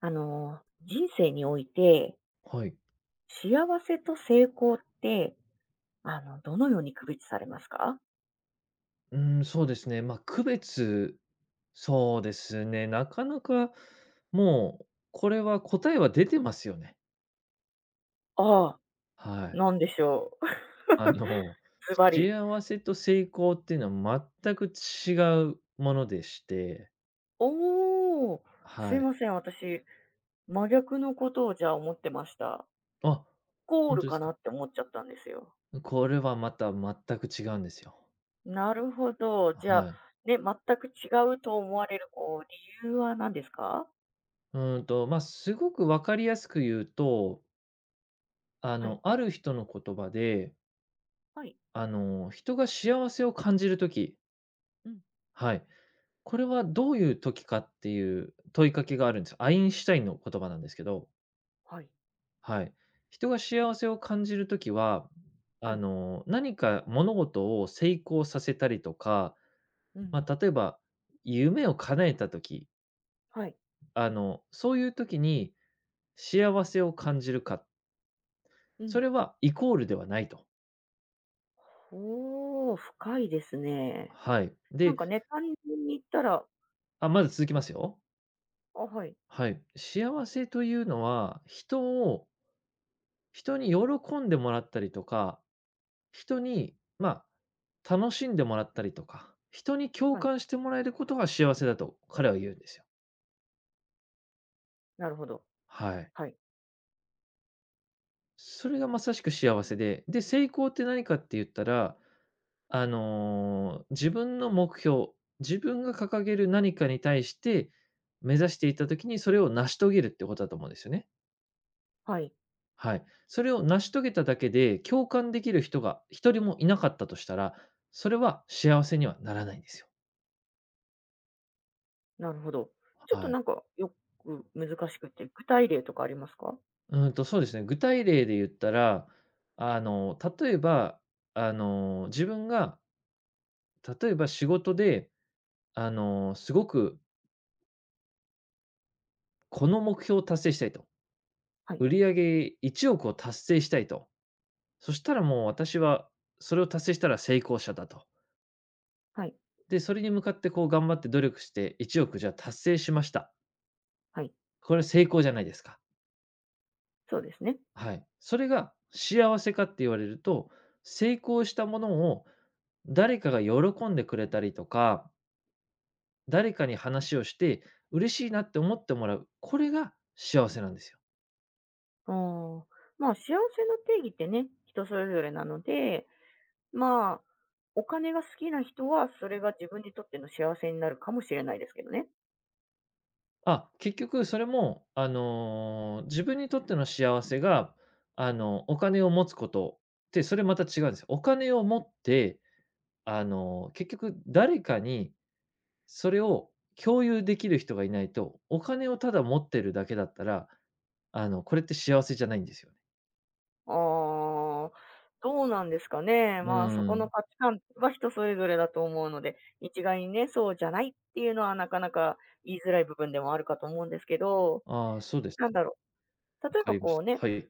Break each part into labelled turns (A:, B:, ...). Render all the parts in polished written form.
A: 人生において、
B: はい。
A: 幸せと成功って、どのように区別されますか？
B: うーん、そうですね。まあ、区別、そうですね、なかなか、もう、これは答えは出てますよね。
A: ああ、
B: はい。
A: なんでしょう。
B: あの、
A: ズバリ。
B: 幸せと成功っていうのは全く違うものでして、
A: おお、すい
B: はい。
A: ません、私、真逆のことをじゃあ思ってました。
B: あ、
A: ゴー
B: 本
A: ル
B: 当で
A: か
B: す
A: な
B: か。
A: って思っちゃったんですよ。
B: これはまた全く違うんですよ。
A: なるほど。じゃあ、
B: はい。
A: ね、全く違うと思われる、理由は何ですか？
B: まあ、すごく分かりやすく言うと、
A: はい。
B: ある人の言葉で、
A: はい。
B: 人が幸せを感じるとき。
A: うん。
B: はい。これはどういう時かっていう問いかけがあるんです。アインシュタインの言葉なんですけど、
A: はい。
B: はい。人が幸せを感じる時は、
A: はい。
B: 何か物事を成功させたりとか、
A: うん。
B: まあ、例えば夢を叶えた時、
A: はい。
B: そういう時に幸せを感じるか、
A: う
B: そ
A: ん。
B: れはイコールではないと。
A: おー、深いですね。
B: はい。
A: なん
B: で、
A: かね、単純に言ったら、
B: あ、まず続きますよ。
A: あ、あはい、
B: はい。幸せというのは、人に喜んでもらったりとか、人に、まあ、楽しんでもらったりとか、人に共
A: はい、
B: 感してもらえることが幸せだと彼は言うんですよ。
A: なるほど。
B: はい。
A: はい、
B: それがまさしく幸せで、で、成功って何かって言ったら、自分の目標、自分が掲げる何かに対して目指していった時に、それを成し遂げるってことだと思うんですよね。
A: はい、
B: はい。それを成し遂げただけで、共感できる人が一人もいなかったとしたら、それは幸せにはならないんですよ。
A: なるほど。ちょっと
B: はい。
A: なんかよく難しくて、具体例とかありますか？
B: そうですね、具体例で言ったら、例えば、自分が、例えば仕事で、すごくこの目標を達成したいと。
A: はい、
B: 売上1億を達成したいと。そしたらもう私は、それを達成したら成功者だと。
A: はい、
B: で、それに向かってこう頑張って努力して、1億じゃあ達成しました。
A: はい、
B: これは成功じゃないですか。
A: そうですね。
B: はい。それが幸せかって言われると、成功したものを誰かが喜んでくれたりとか誰かに話をして、嬉しいなって思ってもらう、これが幸せなんですよ。
A: ああ、まあ、幸せの定義ってね、人それぞれなので、まあ、お金が好きな人は、それが自分にとっての幸せになるかもしれないですけどね。
B: あ、結局それも、自分にとっての幸せが、お金を持つことって、それまた違うんですよ。お金を持って、結局誰かにそれを共有できる人がいないと、お金をただ持ってるだけだったら、これって幸せじゃないんですよね。
A: ああ、どうなんですかね。
B: う
A: まあ、そ
B: ー
A: この
B: ん。
A: 価値観は人それぞれだと思うので、一概にね、そうじゃないっていうのはなかなか言いづらい部分でもあるかと思うんですけど、
B: ああ、そうです
A: な
B: か。
A: ん
B: わ
A: だろう。例え
B: か
A: ば
B: りま
A: こ
B: し
A: う
B: た。
A: ね、
B: はい。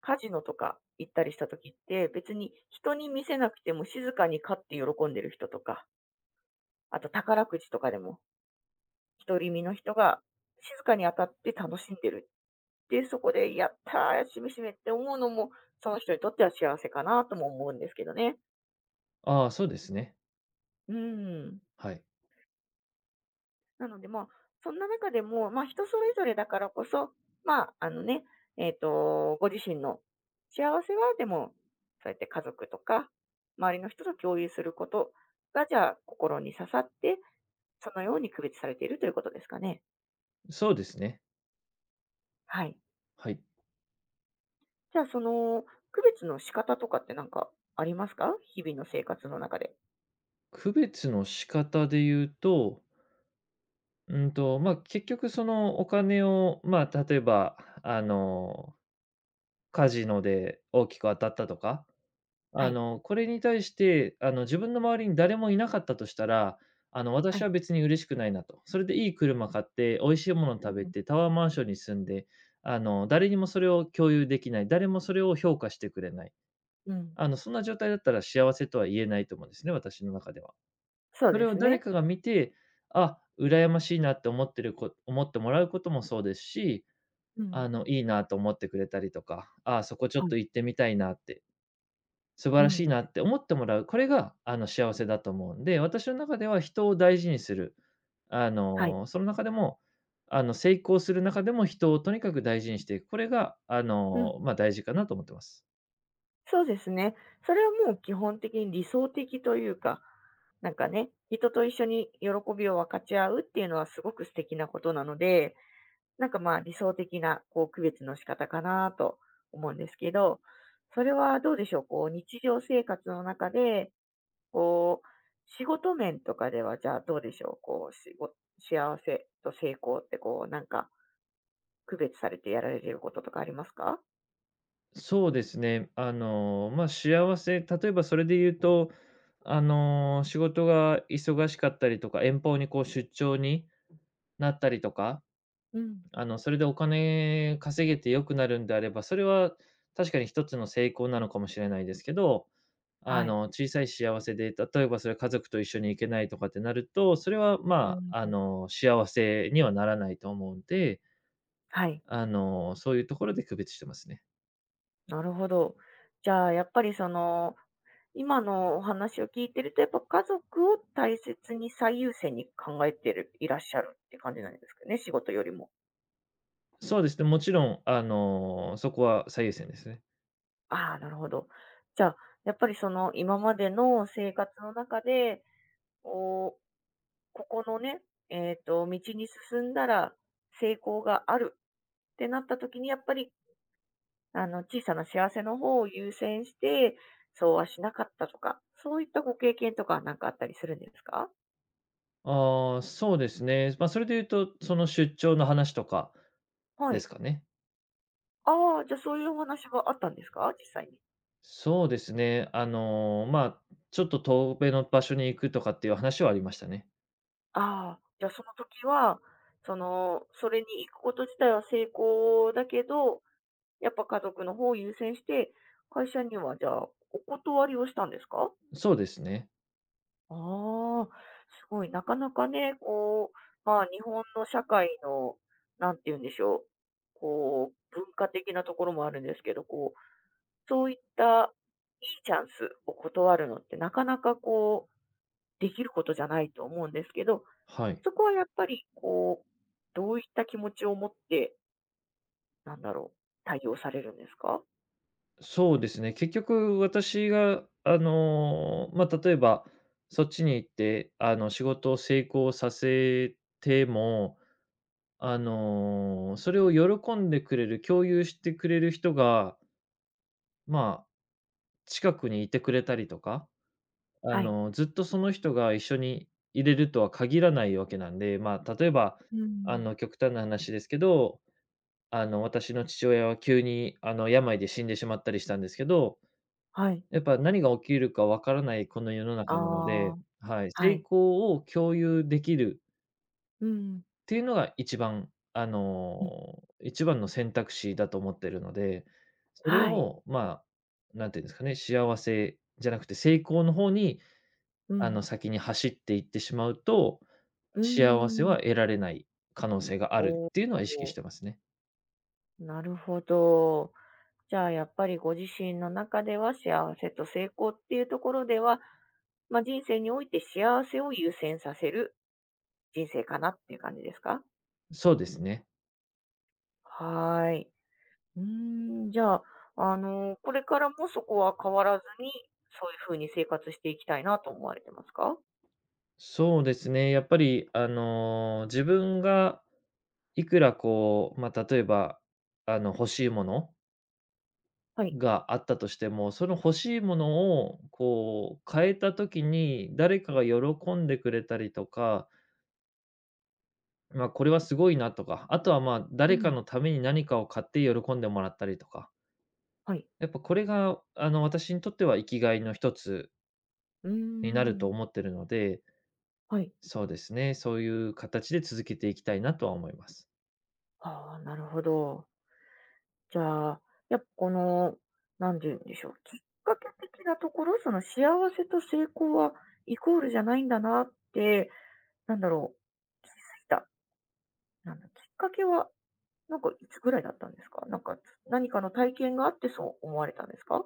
A: カジノとか行ったりした時って、別に人に見せなくても静かに勝って喜んでる人とか、あと宝くじとかでも、独り身の人が静かに当たって楽しんでる。で、そこで、やったー、しめしめって思うのも、その人にとっては幸せかなとも思うんですけどね。
B: ああ、そうですね。
A: うん。
B: はい。
A: なので、まあ、そんな中でも、まあ、人それぞれだからこそ、まあ、あのね、えっと、ご自身の幸せは、でも、そうやって家族とか、周りの人と共有することが、じゃあ、心に刺さって、そのように区別されているということですかね。
B: そうですね。
A: はい。
B: はい。
A: じゃあ、区別の仕方とかってなんかありますか、日々の生活の中で？
B: 区別の仕方で言うと、まあ、結局そのお金を、まあ、例えば、あの、カジノで大きく当たったとか、
A: はい。
B: これに対して、自分の周りに誰もいなかったとしたら、
A: は
B: 私は
A: い。
B: 別に嬉しくないなと。それでいい車買って、美味しいもの
A: う
B: 食べ
A: ん。
B: て、タワーマンションに住んで、誰にもそれを共有できない、誰もそれを評価してくれない。
A: うん。
B: そんな状態だったら幸せとは言えないと思うんですね、私の中では。
A: そう
B: そ
A: で
B: れを
A: す
B: 誰
A: ね。
B: かが見て、あ、羨ましいなって思ってもらうこともそうですし、
A: うん。
B: いいなと思ってくれたりとか、ああ、そこちょっ
A: はい。
B: と行ってみたいなって、素晴
A: う
B: らしい
A: ん。
B: なって思ってもらう、これが、幸せだと思うんで、私の中では人を大事にする。
A: はい。
B: その中でも、成功する中でも人をとにかく大事にしていく。これが、
A: うん。
B: ま、大事かなと思ってます。
A: そうですね。それはもう基本的に理想的というか、なんかね、人と一緒に喜びを分かち合うっていうのはすごく素敵なことなので、なんかまあ理想的なこう区別の仕方かなと思うんですけど、それはどうでしょう、日常生活の中で、こう仕事面とかではじゃあどうでしょう、こうしご幸せと成功ってなんか区別されてやられていることとかありますか？
B: そうですね。まあ、幸せ例えばそれで言うと、仕事が忙しかったりとか、遠方にこう出張になったりとか、
A: うん。
B: それでお金稼げて良くなるんであれば、それは確かに一つの成功なのかもしれないですけど、
A: はい。
B: 小さい幸せで、例えばそれ家族と一緒に行けないとかってなると、それは、
A: う
B: ま
A: ん。
B: あ、幸せにはならないと思うんで、
A: はい。
B: そういうところで区別してますね。
A: なるほど。じゃあ、やっぱり今のお話を聞いてると、やっぱ家族を大切に最優先に考えてるいらっしゃるって感じなんですかね、仕事よりも。
B: そうですね、もちろん、そこは最優先ですね。
A: ああ、なるほど。じゃあ、やっぱりその今までの生活の中で、おここのね、道に進んだら成功があるってなった時に、やっぱり、小さな幸せの方を優先して、そうはしなかったとか、そういったご経験とかなんかあったりするんですか？
B: ああ、そうですね。まあ、それで言うと、その出張の話とか
A: は
B: で
A: い。
B: すかね。
A: ああ、じゃあそういうお話があったんですか？実際に。
B: そうですね、まあ、ちょっと遠めの場所に行くとかっていう話はありましたね。
A: ああ、じゃあその時は、それに行くこと自体は成功だけど、やっぱ家族の方を優先して、会社にはじゃあ、お断りをしたんですか？
B: そうですね、
A: ああ、すごい、なかなかね、まあ、日本の社会の、なんて言うんでしょう、文化的なところもあるんですけど、そういったいいチャンスを断るのってなかなかできることじゃないと思うんですけど、
B: はい。
A: そこはやっぱりどういった気持ちを持って、なんだろう、対応されるんですか？
B: そうですね、結局私が、まあ、例えば、そっちに行って、仕事を成功させても、それを喜んでくれる、共有してくれる人がまあ、近くにいてくれたりとか、
A: はい。
B: ずっとその人が一緒にいれるとは限らないわけなんで、まあ、例えば、
A: うん、
B: 極端な話ですけど、私の父親は急に、病で死んでしまったりしたんですけど、
A: はい。
B: やっぱ何が起きるかわからないこの世の
A: あ
B: 中なので、
A: あ、
B: はい、
A: は
B: 成
A: い。
B: 功を共有できる
A: うん。
B: ていうのが
A: うん。
B: 一番の選択肢だと思ってるので、それ
A: はい。
B: を、まあ、なんていうんですかね、幸せじゃなくて成功の方に、
A: うん。
B: 先に走っていってしまうと、
A: うー
B: 幸せ
A: ん。
B: は得られない可能性がある
A: お
B: っていうのは意識し
A: お、
B: てますね。
A: なるほど。じゃあ、やっぱりご自身の中では幸せと成功っていうところでは、まあ、人生において幸せを優先させる人生かなっていう感じですか？
B: そうですね。
A: はーい。うーん、じゃあ、これからもそこは変わらずに、そういう風に生活していきたいなと思われてますか？
B: そうですね、やっぱり、自分がいくらこう、まあ、例えば、欲しいもの
A: はい。
B: があったとしても、その欲しいものをこう変えた時に、誰かが喜んでくれたりとか、まあ、これはすごいなとか、あとは、ま、
A: う
B: 誰か
A: ん。
B: のために何かを買って喜んでもらったりとか、
A: はい。
B: やっぱこれが、私にとっては生きがいの一つ
A: うー
B: になると
A: ん。
B: 思ってるので、
A: はい。
B: そうですね、そういう形で続けていきたいなとは思います。
A: ああ、なるほど。じゃあ、やっぱこの、なんて言うんでしょう、きっかけ的なところ、その幸せと成功はイコールじゃないんだなって、なんだろう、気づいた、なんだ、きっかけは、なんかいつぐらいだったんですか？なんか、何かの体験があってそう思われたんですか？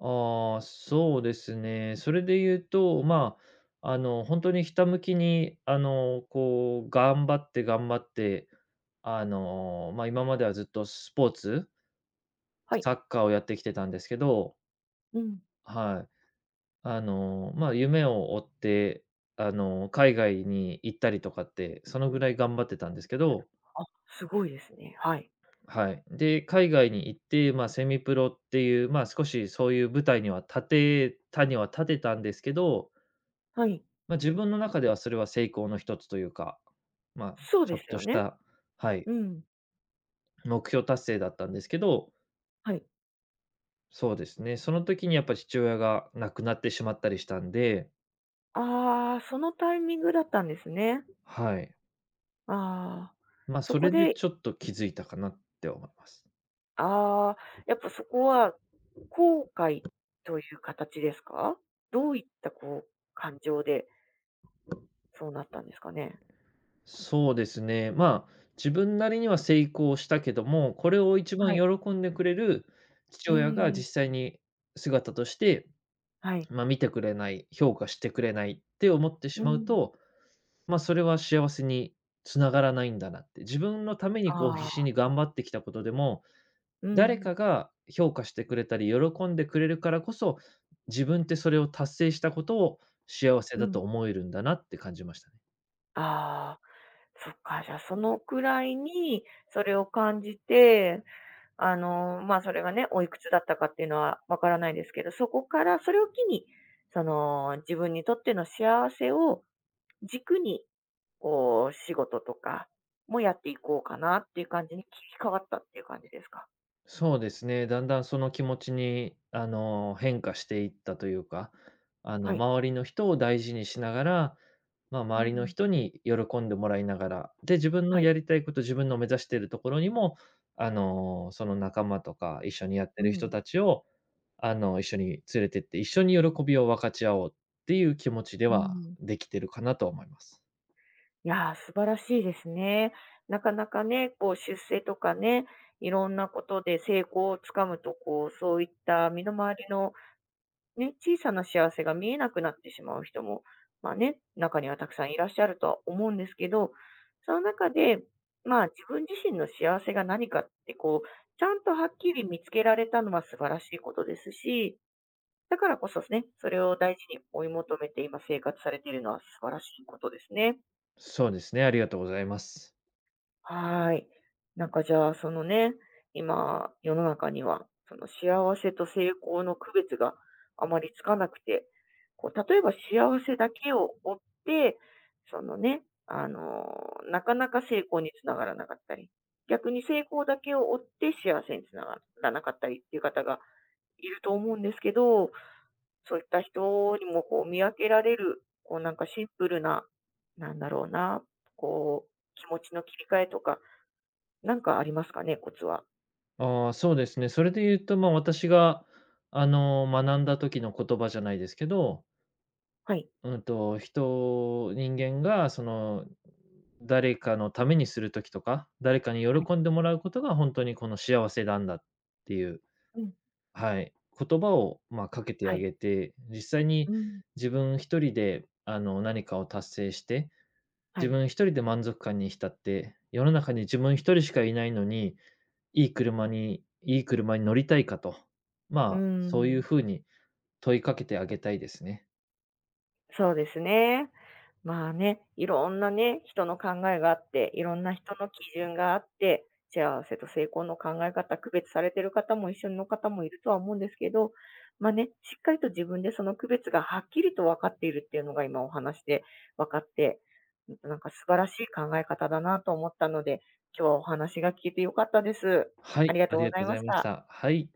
B: ああ、そうですね。それで言うと、まあ、本当にひたむきに、こう、頑張って頑張って、まあ、今まではずっとスポーツ、
A: はい。
B: サッカーをやってきてたんですけど、
A: うん。
B: はい。まあ、夢を追って、海外に行ったりとかって、そのぐらい頑張ってたんですけど、
A: すごいですね。はい。
B: はい。で、海外に行って、まあ、セミプロっていう、まあ、少しそういう舞台には立てたには立てたんですけど、
A: はい。
B: まあ、自分の中ではそれは成功の一つというか、まあ、
A: そう
B: ちょ
A: で
B: っ
A: す
B: と
A: よ
B: し
A: ね。
B: た、はい、
A: うん。
B: 目標達成だったんですけど、
A: はい。
B: そうですね、その時にやっぱ父親が亡くなってしまったりしたんで、
A: ああ、そのタイミングだったんですね。
B: はい。
A: ああ、
B: まあ、
A: そ
B: そ
A: こ
B: れで
A: で、
B: ちょっと気づいたかなって思います。
A: ああ、やっぱそこは後悔という形ですか？どういったこう感情でそうなったんですかね？
B: そうですね、まあ、自分なりには成功したけども、これを一
A: は
B: 番
A: い。
B: 喜んでくれる父
A: う
B: 親が
A: ーん。
B: 実際に姿として、
A: はい。
B: まあ、見てくれない、評価してくれないって思って
A: う
B: しまう
A: ん。
B: と、まあ、それは幸せに繋がらないんだなって、自分のためにこう
A: あ
B: 必死
A: あ、
B: に頑張ってきたことでも、
A: う
B: 誰
A: ん。
B: かが評価してくれたり、喜んでくれるからこそ、自分ってそれを達成したことを幸せ
A: う
B: だ
A: ん。
B: と思えるんだなって感じましたね。
A: ああ、そっか、じゃあそのくらいにそれを感じて、まあ、それがね、おいくつだったかっていうのはわからないですけど、そこからそれを機に、自分にとっての幸せを軸に、仕事とかもやっていこうかなっていう感じに切り替わったっていう感じですか？
B: そうですね、だんだんその気持ちに、変化していったというか、
A: はい。
B: 周りの人を大事にしながら、まあ、
A: う
B: 周りの
A: ん。
B: 人に喜んでもらいながら、で、自分の
A: はい。
B: やりたいこと、自分の目指しているところにも、その仲間とか、一緒にやって
A: う
B: る人
A: ん。
B: たちを、一緒に連れてって、一緒に喜びを分かち合おうっていう気持ちで
A: う
B: は
A: ん。
B: できてるかなと思います。
A: いやー、素晴らしいですね。なかなかね、出世とかね、いろんなことで成功をつかむと、そういった身の回りのね、小さな幸せが見えなくなってしまう人も、まあね、中にはたくさんいらっしゃるとは思うんですけど、その中で、まあ自分自身の幸せが何かってちゃんとはっきり見つけられたのは素晴らしいことですし、だからこそですね、それを大事に追い求めて今生活されているのは素晴らしいことですね。
B: そうですね、ありがとうございます。
A: はーい。なんかじゃあ、そのね、今、世の中には、その幸せと成功の区別があまりつかなくて、例えば幸せだけを追って、そのね、なかなか成功につながらなかったり、逆に成功だけを追って幸せにつながらなかったりっていう方がいると思うんですけど、そういった人にも見分けられる、なんかシンプルな、なんだろうな、気持ちの切り替えとか、なんかありますかね、コツは。
B: ああ、そうですね。それで言うと、ま、私が、学んだ時の言葉じゃないですけど、
A: はい。
B: 人間が、その、誰かのためにする時とか、誰かに
A: は
B: 喜ん
A: い。
B: でもらうことが本当にこの幸せなんだっていう、
A: うん。
B: はい、言葉を、まあ、かけて
A: は
B: あ
A: い。
B: げて、実際
A: う
B: に
A: ん。
B: 自分一人で、何かを達成して、
A: は
B: 自
A: い。
B: 分一人で満足感に浸って、世の中に自分一人しかいないのに、いい車に乗りたいかと、
A: うー
B: まあ、そういう
A: ん、
B: 風に問いかけてあげたいですね。
A: そうですね。まあね、いろんなね、人の考えがあって、いろんな人の基準があって、幸せと成功の考え方、区別されてる方も一緒の方もいるとは思うんですけど、まあね、しっかりと自分でその区別がはっきりと分かっているっていうのが今お話で分かって、なんか素晴らしい考え方だなと思ったので、今日はお話が聞けて良かったです。
B: は
A: あり
B: い、
A: が
B: あ
A: とう
B: り
A: ご
B: がとう
A: ざ
B: ご
A: いま
B: ざ
A: し
B: いまし
A: た。
B: た。はい。